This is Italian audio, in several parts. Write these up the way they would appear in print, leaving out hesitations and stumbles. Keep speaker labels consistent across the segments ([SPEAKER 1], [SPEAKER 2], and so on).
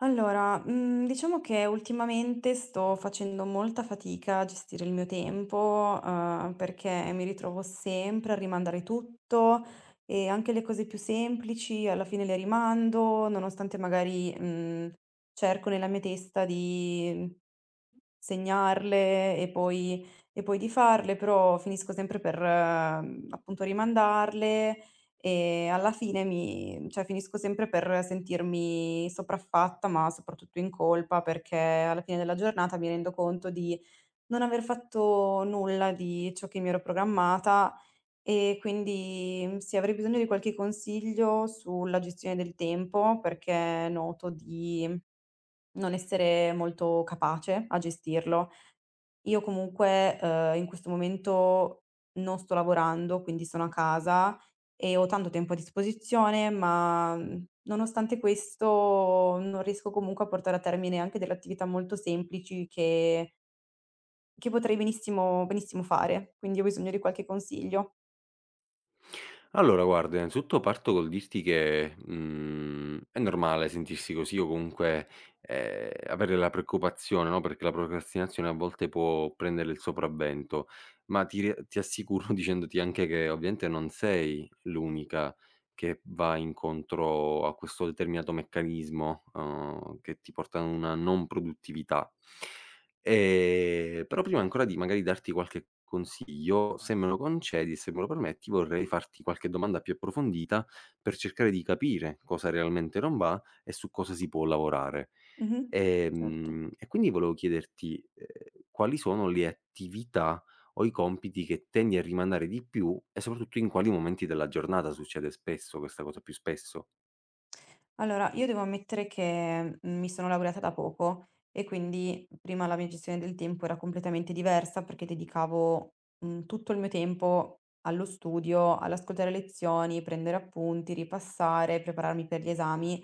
[SPEAKER 1] Allora, diciamo che ultimamente sto facendo molta fatica a gestire il mio tempo, perché mi ritrovo sempre a rimandare tutto e anche le cose più semplici alla fine le rimando, nonostante magari, cerco nella mia testa di segnarle e poi di farle, però finisco sempre per, appunto rimandarle e alla fine mi cioè finisco sempre per sentirmi sopraffatta, ma soprattutto in colpa, perché alla fine della giornata mi rendo conto di non aver fatto nulla di ciò che mi ero programmata e quindi, sì, avrei bisogno di qualche consiglio sulla gestione del tempo, perché noto di non essere molto capace a gestirlo. Io comunque, in questo momento non sto lavorando, quindi sono a casa e ho tanto tempo a disposizione, ma, nonostante questo non riesco comunque a portare a termine anche delle attività molto semplici che potrei benissimo fare. Quindi ho bisogno di qualche consiglio.
[SPEAKER 2] Allora guarda, innanzitutto parto col dirti che, è normale sentirsi così o comunque, avere la preoccupazione, no, perché la procrastinazione a volte può prendere il sopravvento, ma ti assicuro dicendoti anche che ovviamente non sei l'unica che va incontro a questo determinato meccanismo, che ti porta a una non produttività. Però prima ancora di magari darti qualche consiglio, se me lo concedi e se me lo permetti, vorrei farti qualche domanda più approfondita per cercare di capire cosa realmente non va e su cosa si può lavorare.
[SPEAKER 1] Mh-mh. Certo.
[SPEAKER 2] E quindi volevo chiederti, quali sono le attività o i compiti che tendi a rimandare di più e soprattutto in quali momenti della giornata succede spesso questa cosa, più spesso?
[SPEAKER 1] Allora, io devo ammettere che mi sono laureata da poco e quindi prima la mia gestione del tempo era completamente diversa perché dedicavo tutto il mio tempo allo studio, all'ascoltare lezioni, prendere appunti, ripassare, prepararmi per gli esami.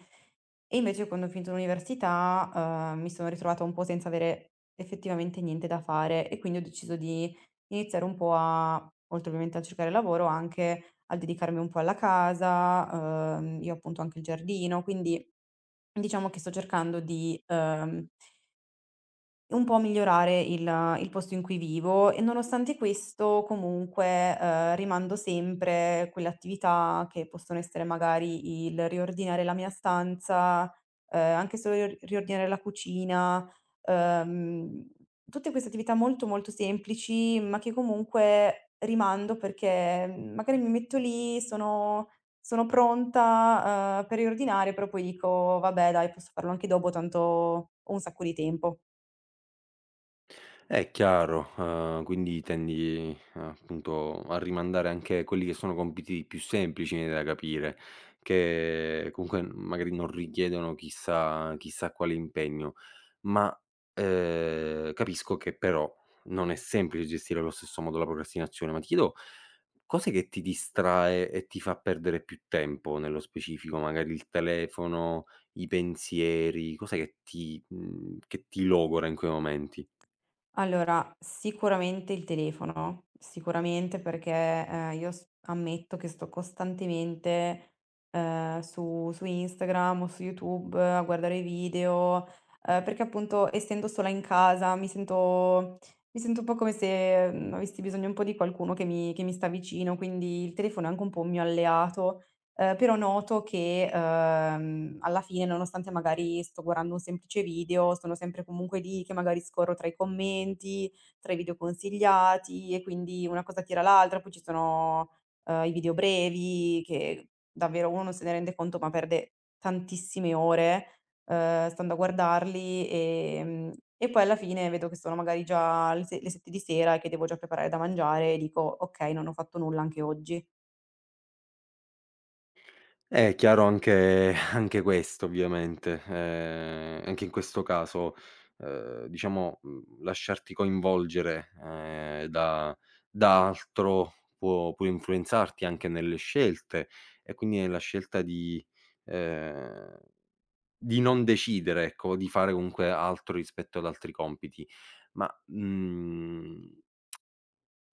[SPEAKER 1] E invece quando ho finito l'università, mi sono ritrovata un po' senza avere effettivamente niente da fare e quindi ho deciso di iniziare un po' a oltre ovviamente a cercare lavoro, anche a dedicarmi un po' alla casa, io appunto ho anche il giardino, quindi diciamo che sto cercando di, un po' migliorare il posto in cui vivo e nonostante questo comunque, rimando sempre quelle attività che possono essere magari il riordinare la mia stanza, anche solo riordinare la cucina, ehm, tutte queste attività molto, molto semplici, ma che comunque rimando perché, magari mi metto lì, sono pronta, per riordinare, però poi dico: "Vabbè dai, posso farlo anche dopo, tanto ho un sacco di tempo".
[SPEAKER 2] Chiaro, quindi tendi, appunto, a rimandare anche quelli che sono compiti più semplici, mi viene da capire, che comunque magari non richiedono chissà quale impegno. Ma, capisco che però non è semplice gestire allo stesso modo la procrastinazione, ma ti chiedo cos'è che ti distrae e ti fa perdere più tempo nello specifico? Magari il telefono, i pensieri, cos'è che che ti logora in quei momenti?
[SPEAKER 1] Allora, sicuramente il telefono, sicuramente perché, io s ammetto che sto costantemente, su Instagram o su YouTube a guardare i video, perché appunto essendo sola in casa mi sento un po' come se, avessi bisogno un po' di qualcuno che mi sta vicino, quindi il telefono è anche un po' un mio alleato. Però noto che, alla fine nonostante magari sto guardando un semplice video, sono sempre comunque lì che magari scorro tra i commenti, tra i video consigliati e quindi una cosa tira l'altra, poi ci sono, i video brevi che davvero uno non se ne rende conto, ma perde tantissime ore, stando a guardarli, e poi alla fine vedo che sono magari già le se le 7 di sera e che devo già preparare da mangiare e dico: "Okay, non ho fatto nulla anche oggi".
[SPEAKER 2] È chiaro anche anche questo ovviamente, anche in questo caso, diciamo, lasciarti coinvolgere, da altro può influenzarti anche nelle scelte e quindi nella scelta ehm, di non decidere, ecco, di fare comunque altro rispetto ad altri compiti. Ma,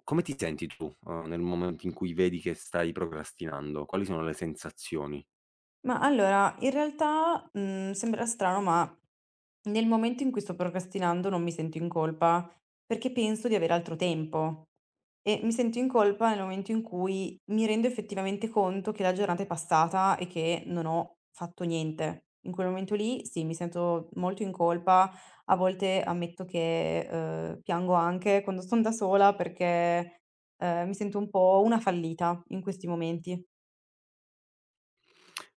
[SPEAKER 2] come ti senti tu, nel momento in cui vedi che stai procrastinando? Quali sono le sensazioni?
[SPEAKER 1] Ma allora, in realtà, sembrerà strano, ma nel momento in cui sto procrastinando non mi sento in colpa, perché penso di avere altro tempo e mi sento in colpa nel momento in cui mi rendo effettivamente conto che la giornata è passata e che non ho fatto niente. In quel momento lì sì, mi sento molto in colpa, a volte ammetto che, piango anche quando son da sola perché, mi sento un po' una fallita in questi momenti.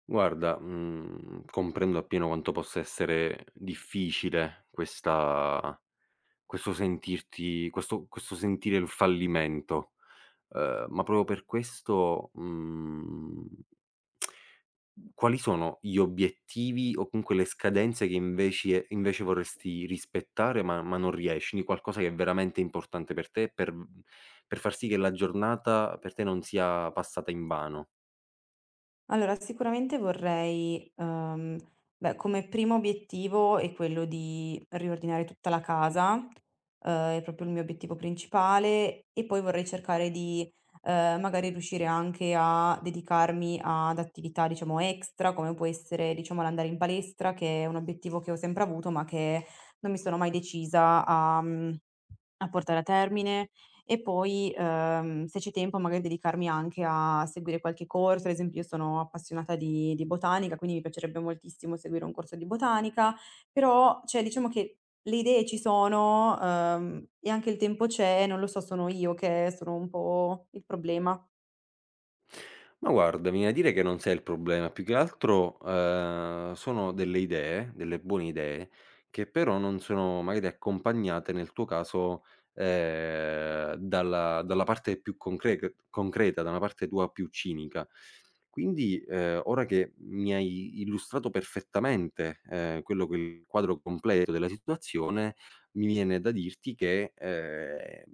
[SPEAKER 2] Guarda, comprendo appieno quanto possa essere difficile questa questo sentirti questo questo sentire il fallimento, ma proprio per questo, quali sono gli obiettivi o comunque le scadenze che inveci invece vorresti rispettare ma non riesci? Di qualcosa che è veramente importante per te, per far sì che la giornata per te non sia passata invano?
[SPEAKER 1] Allora, sicuramente vorrei, beh, come primo obiettivo è quello di riordinare tutta la casa, è proprio il mio obiettivo principale e poi vorrei cercare di, magari riuscire anche a dedicarmi ad attività, diciamo, extra, come può essere, diciamo, l'andare in palestra, che è un obiettivo che ho sempre avuto, ma che non mi sono mai decisa a mhmm a portare a termine e poi, se c'è tempo magari dedicarmi anche a seguire qualche corso, ad esempio io sono appassionata di botanica, quindi mi piacerebbe moltissimo seguire un corso di botanica, però cioè diciamo che le idee ci sono, e anche il tempo c'è, non lo so, sono io che sono un po' il problema.
[SPEAKER 2] Ma guarda, mi viene da dire che non sei il problema, più che altro, sono delle idee, delle buone idee, che però non sono magari accompagnate nel tuo caso, dalla parte più concreta, da una parte tua più cinica. Quindi, ora che mi hai illustrato perfettamente, quello che è il quadro completo della situazione, mi viene da dirti che,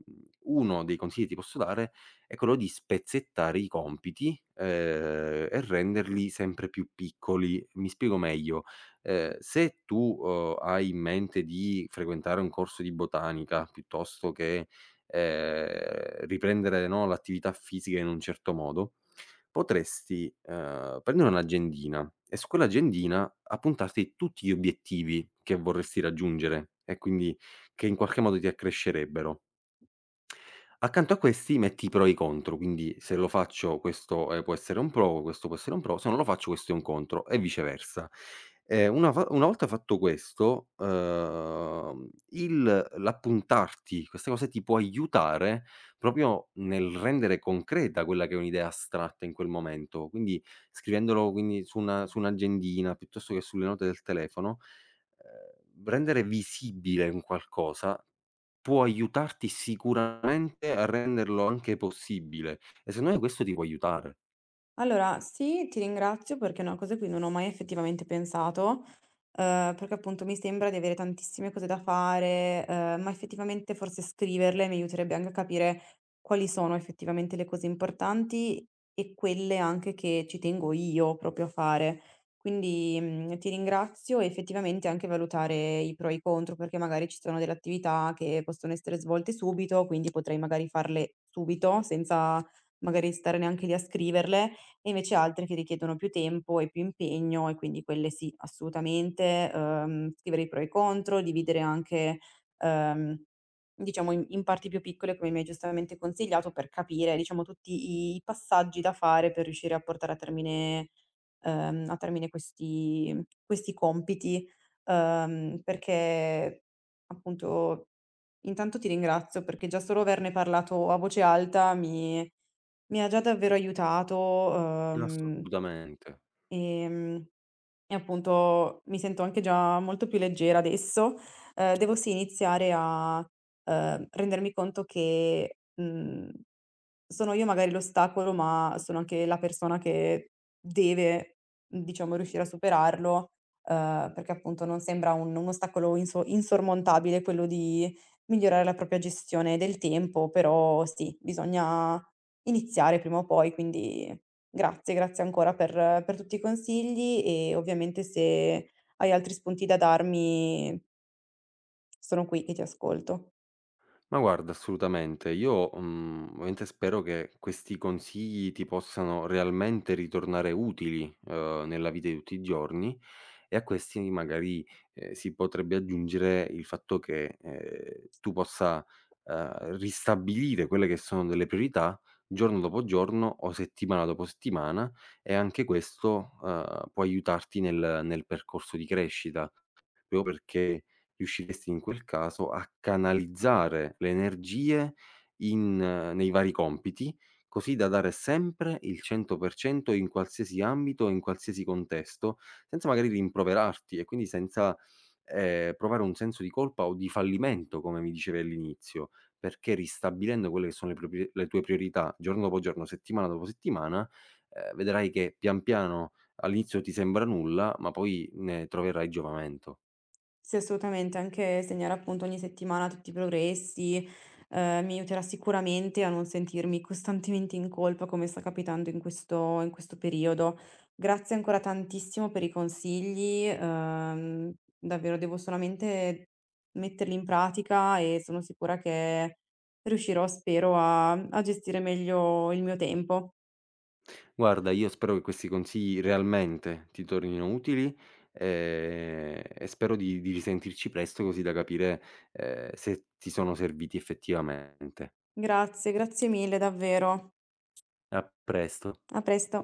[SPEAKER 2] uno dei consigli che ti posso dare è quello di spezzettare i compiti, e renderli sempre più piccoli. Mi spiego meglio: se tu, hai in mente di frequentare un corso di botanica, piuttosto che, riprendere, no, l'attività fisica in un certo modo, potresti, prendere un'agendina e su quell'agendina appuntarti tutti gli obiettivi che vorresti raggiungere e quindi che in qualche modo ti accrescerebbero. Accanto a questi metti i pro e i contro, quindi se lo faccio questo, può essere un pro, questo può essere un pro, se non lo faccio questo è un contro e viceversa. Una volta fatto questo, il l'appuntarti queste cose ti può aiutare proprio nel rendere concreta quella che è un'idea astratta in quel momento, quindi scrivendolo quindi su una su un'agendina piuttosto che sulle note del telefono, rendere visibile un qualcosa può aiutarti sicuramente a renderlo anche possibile e secondo me questo ti può aiutare.
[SPEAKER 1] Allora sì, ti ringrazio perché è una cosa a cui non ho mai effettivamente pensato. Perché appunto mi sembra di avere tantissime cose da fare, ma effettivamente forse scriverle mi aiuterebbe anche a capire quali sono effettivamente le cose importanti e quelle anche che ci tengo io proprio a fare. Quindi, ti ringrazio e effettivamente anche valutare i pro e i contro, perché magari ci sono delle attività che possono essere svolte subito, quindi potrei magari farle subito senza magari stare neanche lì a scriverle, e invece altre che richiedono più tempo e più impegno e quindi quelle sì, assolutamente, scrivere i pro e i contro, dividere anche, ehm, diciamo in parti più piccole come mi hai giustamente consigliato per capire, diciamo, tutti i passaggi da fare per riuscire a portare a termine questi questi compiti, perché appunto intanto ti ringrazio perché già solo averne parlato a voce alta mi ha già davvero aiutato,
[SPEAKER 2] Assolutamente.
[SPEAKER 1] ehm e e appunto mi sento anche già molto più leggera adesso. Devo sì iniziare a, rendermi conto che, sono io magari l'ostacolo, ma sono anche la persona che deve, diciamo, riuscire a superarlo, perché appunto non sembra un ostacolo insormontabile quello di migliorare la propria gestione del tempo, però sì, bisogna iniziare prima o poi, quindi grazie, grazie ancora per tutti i consigli e ovviamente se hai altri spunti da darmi sono qui che ti ascolto.
[SPEAKER 2] Ma guarda, assolutamente. Io, ovviamente spero che questi consigli ti possano realmente ritornare utili, nella vita di tutti i giorni e a questi magari, si potrebbe aggiungere il fatto che, tu possa, ristabilire quelle che sono delle priorità giorno dopo giorno o settimana dopo settimana e anche questo, può aiutarti nel percorso di crescita. Proprio perché riusciresti in quel caso a canalizzare le energie in nei vari compiti, così da dare sempre il 100% in qualsiasi ambito e in qualsiasi contesto, senza magari rimproverarti e quindi senza, provare un senso di colpa o di fallimento, come mi dicevi all'inizio, perché ristabilendo quelle che sono le tue priorità giorno dopo giorno, settimana dopo settimana, vedrai che pian piano all'inizio ti sembra nulla, ma poi ne troverai giovamento.
[SPEAKER 1] Sì, assolutamente, anche segnare appunto ogni settimana tutti i progressi, mi aiuterà sicuramente a non sentirmi costantemente in colpa come sta capitando in questo periodo. Grazie ancora tantissimo per i consigli, davvero devo solamente metterli in pratica e sono sicura che riuscirò, spero, a gestire meglio il mio tempo.
[SPEAKER 2] Guarda, io spero che questi consigli realmente ti tornino utili, e spero di risentirci presto così da capire, se ti sono serviti effettivamente.
[SPEAKER 1] Grazie, grazie mille davvero.
[SPEAKER 2] A presto.
[SPEAKER 1] A presto.